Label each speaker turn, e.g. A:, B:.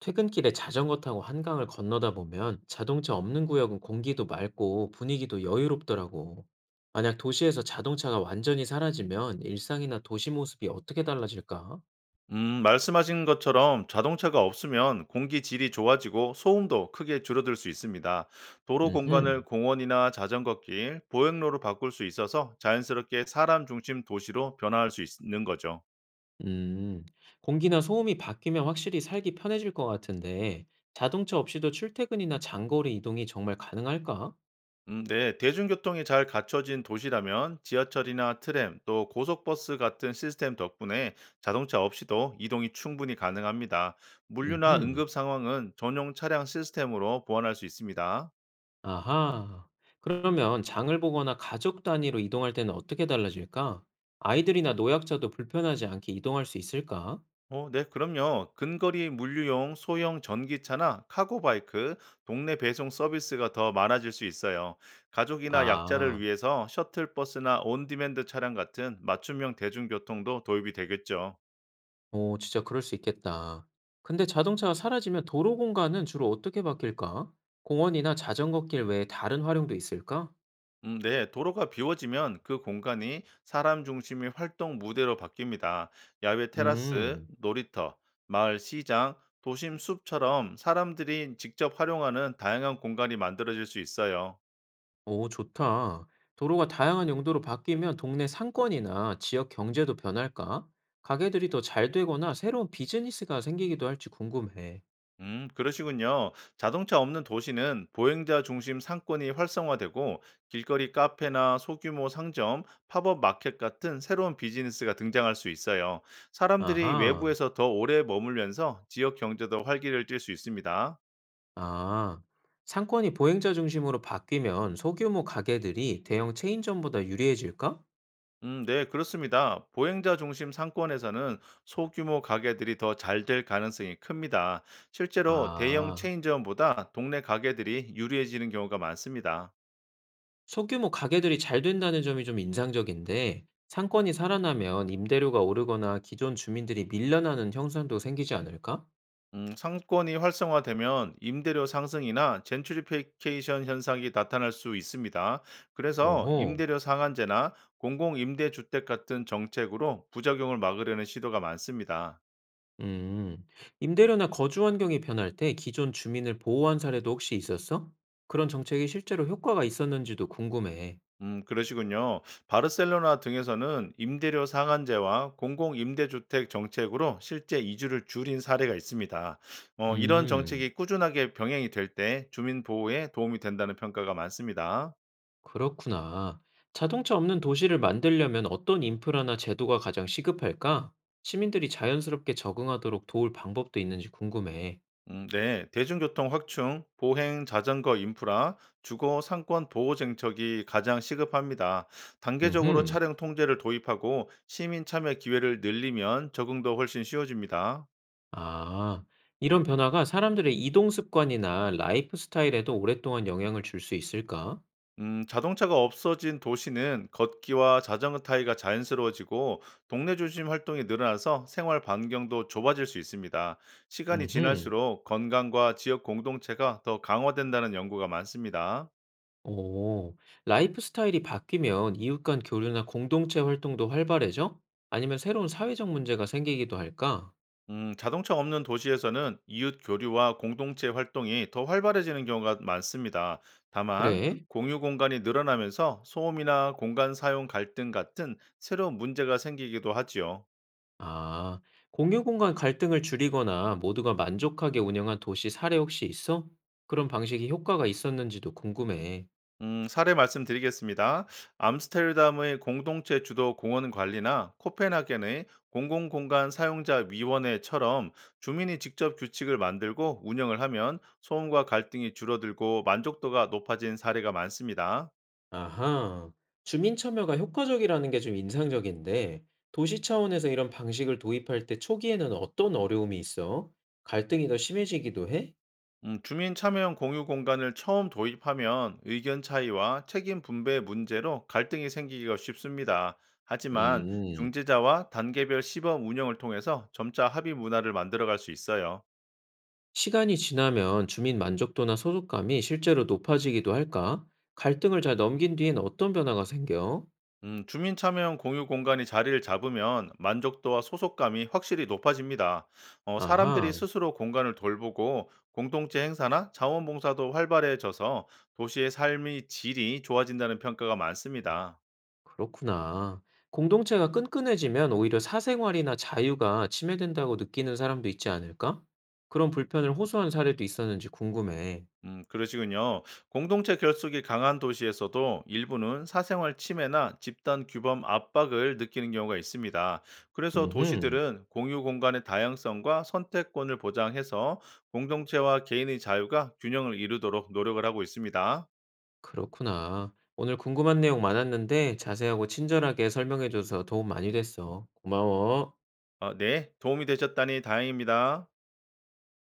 A: 퇴근길에 자전거 타고 한강을 건너다 보면 자동차 없는 구역은 공기도 맑고 분위기도 여유롭더라고. 만약 도시에서 자동차가 완전히 사라지면 일상이나 도시 모습이 어떻게 달라질까?
B: 말씀하신 것처럼 자동차가 없으면 공기 질이 좋아지고 소음도 크게 줄어들 수 있습니다. 도로
A: 음흠.
B: 공간을 공원이나 자전거길, 보행로로 바꿀 수 있어서 자연스럽게 사람 중심 도시로 변화할 수 있- 는 거죠.
A: 음, 공기나 소음이 바뀌면 확실히 살기 편해질 것 같은데 자동차 없이도 출퇴근이나 장거리 이동이 정말 가능할까?
B: 네, 대중교통이 잘 갖춰진 도시라면 지하철이나 트램, 또 고속버스 같은 시스템 덕분에 자동차 없이도 이동이 충분히 가능합니다. 물류나
A: 음흠.
B: 응급 상황은 전용 차량 시스템으로 보완할 수 있습니다.
A: 아하. 그러면 장을 보거나 가족 단위로 이동할 때는 어떻게 달라질까? 아이들이나 노약자도 불편하지 않게 이동할 수 있을까?
B: 네, 그럼요. 근거리 물류용 소형 전기차나 카고바이크, 동네 배송 서비스가 더 많아질 수 있어요. 가족이나 약자를
A: 아,
B: 위해서 셔틀버스나 온디맨드 차량 같은 맞춤형 대중교통도 도입이 되겠죠.
A: 오, 진짜 그럴 수 있겠다. 근데 자동차가 사라지면 도로 공간은 주로 어떻게 바뀔까? 공원이나 자전거 길 외에 다른 활용도 있을까?
B: 네, 도로가 비워지면 그 공간이 사람 중심의 활동 무대로 바뀝니다. 야외 테라스,
A: 음,
B: 놀이터, 마을 시장, 도심 숲처럼 사람들이 직접 활용하는 다양한 공간이 만들어질 수 있어요.
A: 오, 좋다. 도로가 다양한 용도로 바뀌면 동네 상권이나 지역 경제도 변할까? 가게들이 더 잘 되거나 새로운 비즈니스가 생기기도 할지 궁금해.
B: 그러시군요. 자동차 없는 도시는 보행자 중심 상권이 활성화되고 길거리 카페나 소규모 상점, 팝업 마켓 같은 새로운 비즈니스가 등장할 수 있어요. 사람들이
A: 아하.
B: 외부에서 더 오래 머물면서 지역 경제도 활기를 띨 수 있습니다.
A: 아, 상권이 보행자 중심으로 바뀌면 소규모 가게들이 대형 체인점보다 유리해질까?
B: 네, 그렇습니다. 보행자 중심 상권에서는 소규모 가게들이 더 잘 될 가능성이 큽니다. 실제로 대형
A: 아,
B: 체인점보다 동네 가게들이 유리해지는 경우가 많습니다.
A: 소규모 가게들이 잘 된다는 점이 좀 인상적인데, 상권이 살아나면 임대료가 오르거나 기존 주민들이 밀려나는 형상도 생기지 않을까?
B: 상권이 활성화되면 임대료 상승이나 젠트리피케이션 현상이 나타날 수 있습니다. 그래서
A: 오호,
B: 임대료 상한제나 공공임대주택 같은 정책으로 부작용을 막으려는 시도가 많습니다.
A: 음, 임대료나 거주 환경이 변할 때 기존 주민을 보호한 사례도 혹시 있었어? 그런 정책이 실제로 효과가 있었는지도 궁금해.
B: 그러시군요. 바르셀로나 등에서는 임대료 상한제와 공공임대주택 정책으로 실제 이주를 줄인 사례가 있습니다. 이런
A: 음.
B: 정책이 꾸준하게 병행이 될 때 주민 보호에 도움이 된다는 평가가 많습니다.
A: 그렇구나. 자동차 없는 도시를 만들려면 어떤 인프라나 제도가 가장 시급할까? 시민들이 자연스럽게 적응하도록 도울 방법도 있는지 궁금해.
B: 네. 대중교통 확충, 보행, 자전거 인프라, 주거, 상권 보호 정책이 가장 시급합니다. 단계적으로
A: 음흠.
B: 차량 통제를 도입하고 시민 참여 기회를 늘리면 적응도 훨씬 쉬워집니다.
A: 아, 이런 변화가 사람들의 이동 습관이나 라이프 스타일에도 오랫동안 영향을 줄 수 있을까?
B: 자동차가 없어진 도시는 걷기와 자전거 타기가 자연스러워지고 동네 중심 활동이 늘어나서 생활 반경도 좁아질 수 있습니다. 시간이
A: 음흠.
B: 지날수록 건강과 지역 공동체가 더 강화된다는 연구가 많습니다.
A: 오, 라이프 스타일이 바뀌면 이웃 간 교류나 공동체 활동도 활발해져? 아니면 새로운 사회적 문제가 생기기도 할까?
B: 자동차 없는 도시에서는 이웃 교류와 공동체 활동이 더 활발해지는 경우가 많습니다. 다만,
A: 그래?
B: 공유 공간이 늘어나면서 소음이나 공간 사용 갈등 같은 새로운 문제가 생기기도 하지요.
A: 아, 공유 공간 갈등을 줄이거나 모두가 만족하게 운영한 도시 사례 혹시 있어? 그런 방식이 효과가 있었는지도 궁금해.
B: 사례 말씀드리겠습니다. 암스테르담의 공동체 주도 공원 관리나 코펜하겐의 공공공간 사용자 위원회처럼 주민이 직접 규칙을 만들고 운영을 하면 소음과 갈등이 줄어들고 만족도가 높아진 사례가 많습니다.
A: 아하, 주민 참여가 효과적이라는 게 좀 인상적인데, 도시 차원에서 이런 방식을 도입할 때 초기에는 어떤 어려움이 있어? 갈등이 더 심해지기도 해?
B: 주민 참여형 공유 공간을 처음 도입하면 의견 차이와 책임 분배 문제로 갈등이 생기기가 쉽습니다. 하지만
A: 음,
B: 중재자와 단계별 시범 운영을 통해서 점차 합의 문화를 만들어갈 수 있어요.
A: 시간이 지나면 주민 만족도나 소속감이 실제로 높아지기도 할까? 갈등을 잘 넘긴 뒤엔 어떤 변화가 생겨?
B: 주민 참여형 공유 공간이 자리를 잡으면 만족도와 소속감이 확실히 높아집니다. 사람들이
A: 아하.
B: 스스로 공간을 돌보고 공동체 행사나 자원봉사도 활발해져서 도시의 삶의 질이 좋아진다는 평가가 많습니다.
A: 그렇구나. 공동체가 끈끈해지면 오히려 사생활이나 자유가 침해된다고 느끼는 사람도 있지 않을까? 그런 불편을 호소한 사례도 있었는지 궁금해.
B: 그러시군요. 공동체 결속이 강한 도시에서도 일부는 사생활 침해나 집단 규범 압박을 느끼는 경우가 있습니다. 그래서
A: 음흠,
B: 도시들은 공유 공간의 다양성과 선택권을 보장해서 공동체와 개인의 자유가 균형을 이루도록 노력을 하고 있습니다.
A: 그렇구나. 오늘 궁금한 내용 많았는데 자세하고 친절하게 설명해줘서 도움 많이 됐어. 고마워.
B: 네, 도움이 되셨다니 다행입니다.